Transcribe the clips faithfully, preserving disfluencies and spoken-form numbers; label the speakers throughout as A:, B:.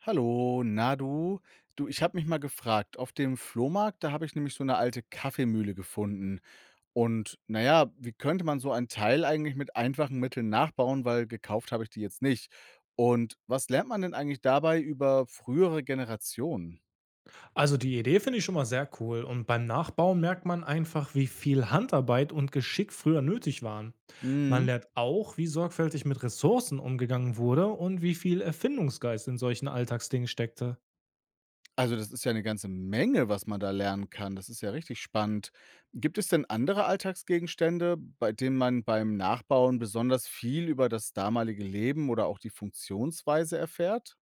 A: Hallo, na du? Du, ich habe mich mal gefragt, auf dem Flohmarkt, da habe ich nämlich so eine alte Kaffeemühle gefunden. Und naja, wie könnte man so ein Teil eigentlich mit einfachen Mitteln nachbauen, weil gekauft habe ich die jetzt nicht. Und was lernt man denn eigentlich dabei über frühere Generationen?
B: Also die Idee finde ich schon mal sehr cool und beim Nachbauen merkt man einfach, wie viel Handarbeit und Geschick früher nötig waren. Man lernt auch, wie sorgfältig mit Ressourcen umgegangen wurde und wie viel Erfindungsgeist in solchen Alltagsdingen steckte.
A: Also, das ist ja eine ganze Menge, was man da lernen kann. Das ist ja richtig spannend. Gibt es denn andere Alltagsgegenstände, bei denen man beim Nachbauen besonders viel über das damalige Leben oder auch die Funktionsweise erfährt?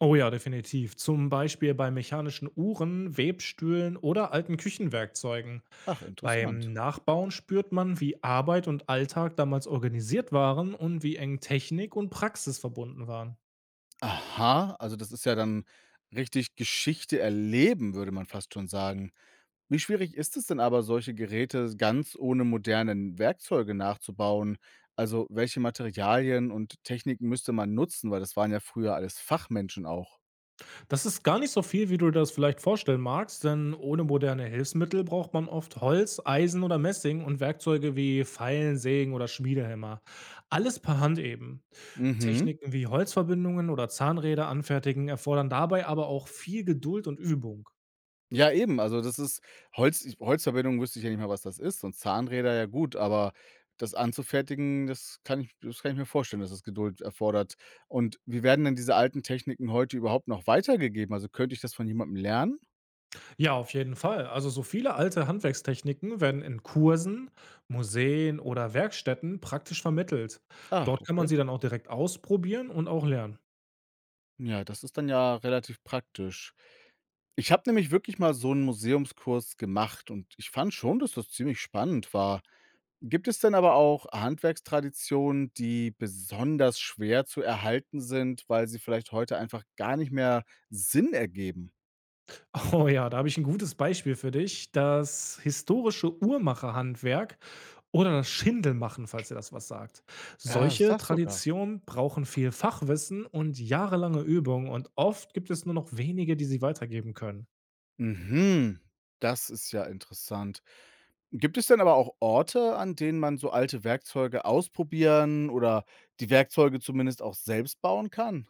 B: Oh ja, definitiv. Zum Beispiel bei mechanischen Uhren, Webstühlen oder alten Küchenwerkzeugen.
A: Ach,
B: Beim
A: interessant.
B: Nachbauen spürt man, wie Arbeit und Alltag damals organisiert waren und wie eng Technik und Praxis verbunden waren.
A: Aha, also das ist ja dann richtig Geschichte erleben, würde man fast schon sagen. Wie schwierig ist es denn aber, solche Geräte ganz ohne moderne Werkzeuge nachzubauen? Also, welche Materialien und Techniken müsste man nutzen? Weil das waren ja früher alles Fachmenschen auch.
B: Das ist gar nicht so viel, wie du dir das vielleicht vorstellen magst, denn ohne moderne Hilfsmittel braucht man oft Holz, Eisen oder Messing und Werkzeuge wie Feilen, Sägen oder Schmiedehämmer. Alles per Hand eben.
A: Mhm.
B: Techniken wie Holzverbindungen oder Zahnräder anfertigen erfordern dabei aber auch viel Geduld und Übung.
A: Ja, eben. Also, das ist Holz, ich Holzverbindung wüsste ich ja nicht mal, was das ist, und Zahnräder, ja gut, aber das anzufertigen, das kann ich, das kann ich mir vorstellen, dass das Geduld erfordert. Und wie werden denn diese alten Techniken heute überhaupt noch weitergegeben? Also, könnte ich das von jemandem lernen?
B: Ja, auf jeden Fall. Also so viele alte Handwerkstechniken werden in Kursen, Museen oder Werkstätten praktisch vermittelt.
A: Ah,
B: Dort kann man
A: okay.
B: sie dann auch direkt ausprobieren und auch lernen.
A: Ja, das ist dann ja relativ praktisch. Ich habe nämlich wirklich mal so einen Museumskurs gemacht und ich fand schon, dass das ziemlich spannend war. Gibt es denn aber auch Handwerkstraditionen, die besonders schwer zu erhalten sind, weil sie vielleicht heute einfach gar nicht mehr Sinn ergeben?
B: Oh ja, da habe ich ein gutes Beispiel für dich. Das historische Uhrmacherhandwerk oder das Schindelmachen, falls ihr das was sagt.
A: Ja, das
B: Solche
A: sagst sogar.
B: Traditionen brauchen viel Fachwissen und jahrelange Übung und oft gibt es nur noch wenige, die sie weitergeben können.
A: Mhm, das ist ja interessant. Gibt es denn aber auch Orte, an denen man so alte Werkzeuge ausprobieren oder die Werkzeuge zumindest auch selbst bauen kann?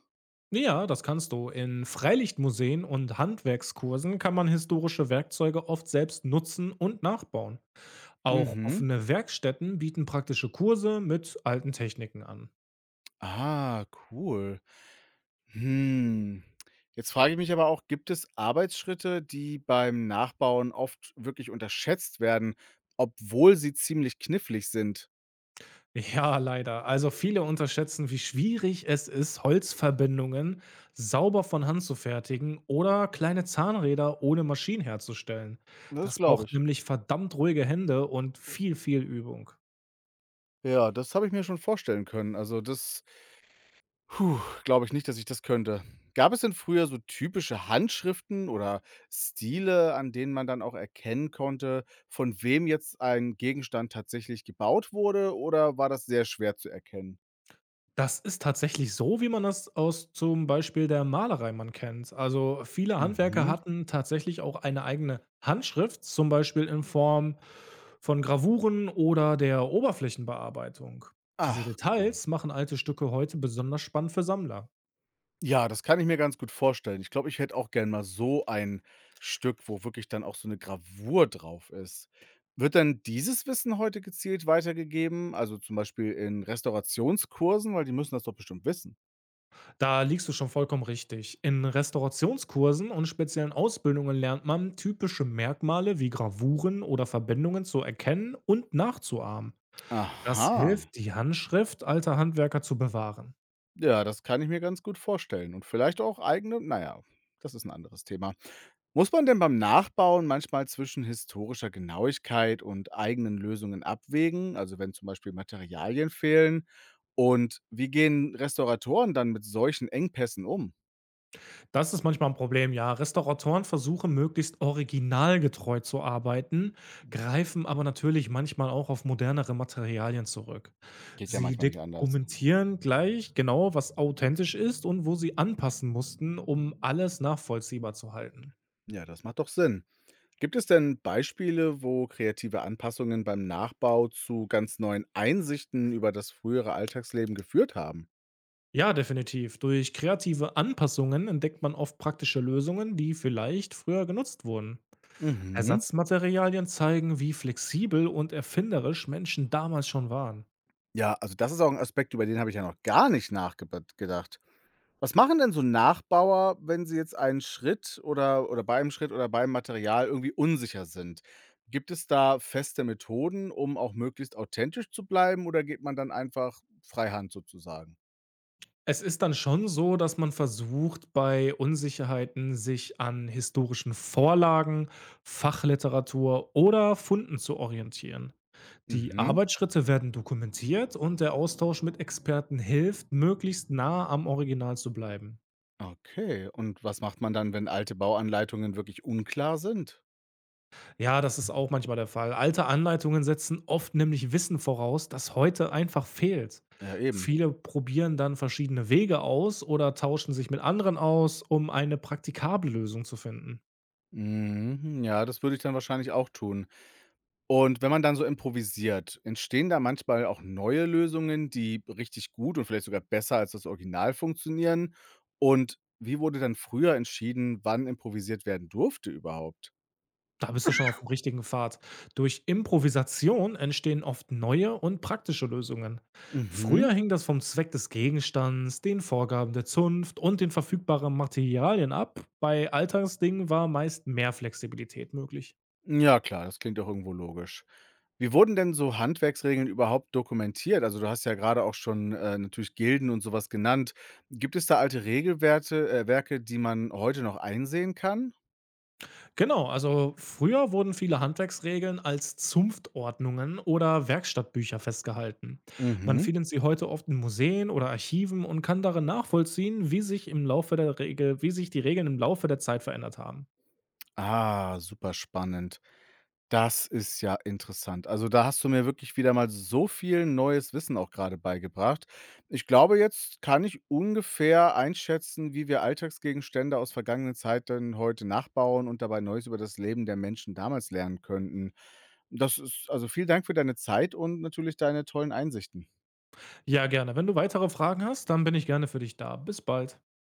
B: Ja, das kannst du. In Freilichtmuseen und Handwerkskursen kann man historische Werkzeuge oft selbst nutzen und nachbauen. Auch
A: Mhm.
B: offene Werkstätten bieten praktische Kurse mit alten Techniken an.
A: Ah, cool. Hm. Jetzt frage ich mich aber auch, gibt es Arbeitsschritte, die beim Nachbauen oft wirklich unterschätzt werden, obwohl sie ziemlich knifflig sind?
B: Ja, leider. Also viele unterschätzen, wie schwierig es ist, Holzverbindungen sauber von Hand zu fertigen oder kleine Zahnräder ohne Maschinen herzustellen.
A: Das
B: Das
A: glaube
B: braucht
A: ich.
B: nämlich verdammt ruhige Hände und viel, viel Übung.
A: Ja, das habe ich mir schon vorstellen können. Also das, puh, glaube ich nicht, dass ich das könnte. Gab es denn früher so typische Handschriften oder Stile, an denen man dann auch erkennen konnte, von wem jetzt ein Gegenstand tatsächlich gebaut wurde, oder war das sehr schwer zu erkennen?
B: Das ist tatsächlich so, wie man das aus zum Beispiel der Malerei man kennt. Also viele Handwerker
A: Mhm.
B: hatten tatsächlich auch eine eigene Handschrift, zum Beispiel in Form von Gravuren oder der Oberflächenbearbeitung. Diese
A: Ach, cool.
B: Details machen alte Stücke heute besonders spannend für Sammler.
A: Ja, das kann ich mir ganz gut vorstellen. Ich glaube, ich hätte auch gern mal so ein Stück, wo wirklich dann auch so eine Gravur drauf ist. Wird dann dieses Wissen heute gezielt weitergegeben, also, zum Beispiel in Restaurationskursen, weil die müssen das doch bestimmt wissen?
B: Da liegst du schon vollkommen richtig. In Restaurationskursen und speziellen Ausbildungen lernt man typische Merkmale wie Gravuren oder Verbindungen zu erkennen und nachzuahmen. Das
A: Aha.
B: hilft, die Handschrift alter Handwerker zu bewahren.
A: Ja, das kann ich mir ganz gut vorstellen und vielleicht auch eigene, na ja, das ist ein anderes Thema. Muss man denn beim Nachbauen manchmal zwischen historischer Genauigkeit und eigenen Lösungen abwägen, also, wenn zum Beispiel Materialien fehlen? Und wie gehen Restauratoren dann mit solchen Engpässen um?
B: Das ist manchmal ein Problem, ja. Restauratoren versuchen, möglichst originalgetreu zu arbeiten, greifen aber natürlich manchmal auch auf modernere Materialien zurück.
A: Geht ja
B: Sie
A: manchmal nicht anders.
B: dokumentieren gleich genau, was authentisch ist und wo sie anpassen mussten, um alles nachvollziehbar zu halten.
A: Ja, das macht doch Sinn. Gibt es denn Beispiele, wo kreative Anpassungen beim Nachbau zu ganz neuen Einsichten über das frühere Alltagsleben geführt haben?
B: Ja, definitiv. Durch kreative Anpassungen entdeckt man oft praktische Lösungen, die vielleicht früher genutzt wurden.
A: Mhm.
B: Ersatzmaterialien zeigen, wie flexibel und erfinderisch Menschen damals schon waren.
A: Ja, also das ist auch ein Aspekt, über den habe ich ja noch gar nicht nachgedacht. Was machen denn so Nachbauer, wenn sie jetzt einen Schritt oder oder bei einem Schritt oder beim Material irgendwie unsicher sind? Gibt es da feste Methoden, um auch möglichst authentisch zu bleiben, oder geht man dann einfach freihand sozusagen?
B: Es ist dann schon so, dass man versucht, bei Unsicherheiten sich an historischen Vorlagen, Fachliteratur oder Funden zu orientieren. Die
A: Mhm,
B: Arbeitsschritte werden dokumentiert und der Austausch mit Experten hilft, möglichst nah am Original zu bleiben.
A: okay. Und was macht man dann, wenn alte Bauanleitungen wirklich unklar sind?
B: Ja, das ist auch manchmal der Fall. Alte Anleitungen setzen oft nämlich Wissen voraus, das heute einfach fehlt.
A: Ja, eben.
B: Viele probieren dann verschiedene Wege aus oder tauschen sich mit anderen aus, um eine praktikable Lösung zu finden.
A: Mhm, ja, das würde ich dann wahrscheinlich auch tun. Und wenn man dann so improvisiert, entstehen da manchmal auch neue Lösungen, die richtig gut und vielleicht sogar besser als das Original funktionieren? Und wie wurde dann früher entschieden, wann improvisiert werden durfte überhaupt?
B: Da bist du schon auf dem richtigen Pfad. Durch Improvisation entstehen oft neue und praktische Lösungen.
A: Mhm.
B: Früher hing das vom Zweck des Gegenstands, den Vorgaben der Zunft und den verfügbaren Materialien ab. Bei Alltagsdingen war meist mehr Flexibilität möglich.
A: Ja, klar, das klingt doch irgendwo logisch. Wie wurden denn so Handwerksregeln überhaupt dokumentiert? Also, du hast ja gerade auch schon, äh, natürlich Gilden und sowas genannt. Gibt es da alte Regelwerte äh, Werke, die man heute noch einsehen kann?
B: Genau, also früher wurden viele Handwerksregeln als Zunftordnungen oder Werkstattbücher festgehalten. Man
A: Mhm.
B: findet sie heute oft in Museen oder Archiven und kann darin nachvollziehen, wie sich im Laufe der Regel, wie sich die Regeln im Laufe der Zeit verändert haben.
A: Ah, super spannend. Das ist ja interessant. Also, da hast du mir wirklich wieder mal so viel neues Wissen auch gerade beigebracht. Ich glaube, jetzt kann ich ungefähr einschätzen, wie wir Alltagsgegenstände aus vergangenen Zeiten heute nachbauen und dabei Neues über das Leben der Menschen damals lernen könnten. Das ist also, vielen Dank für deine Zeit und natürlich deine tollen Einsichten.
B: Ja, gerne. Wenn du weitere Fragen hast, dann bin ich gerne für dich da. Bis bald.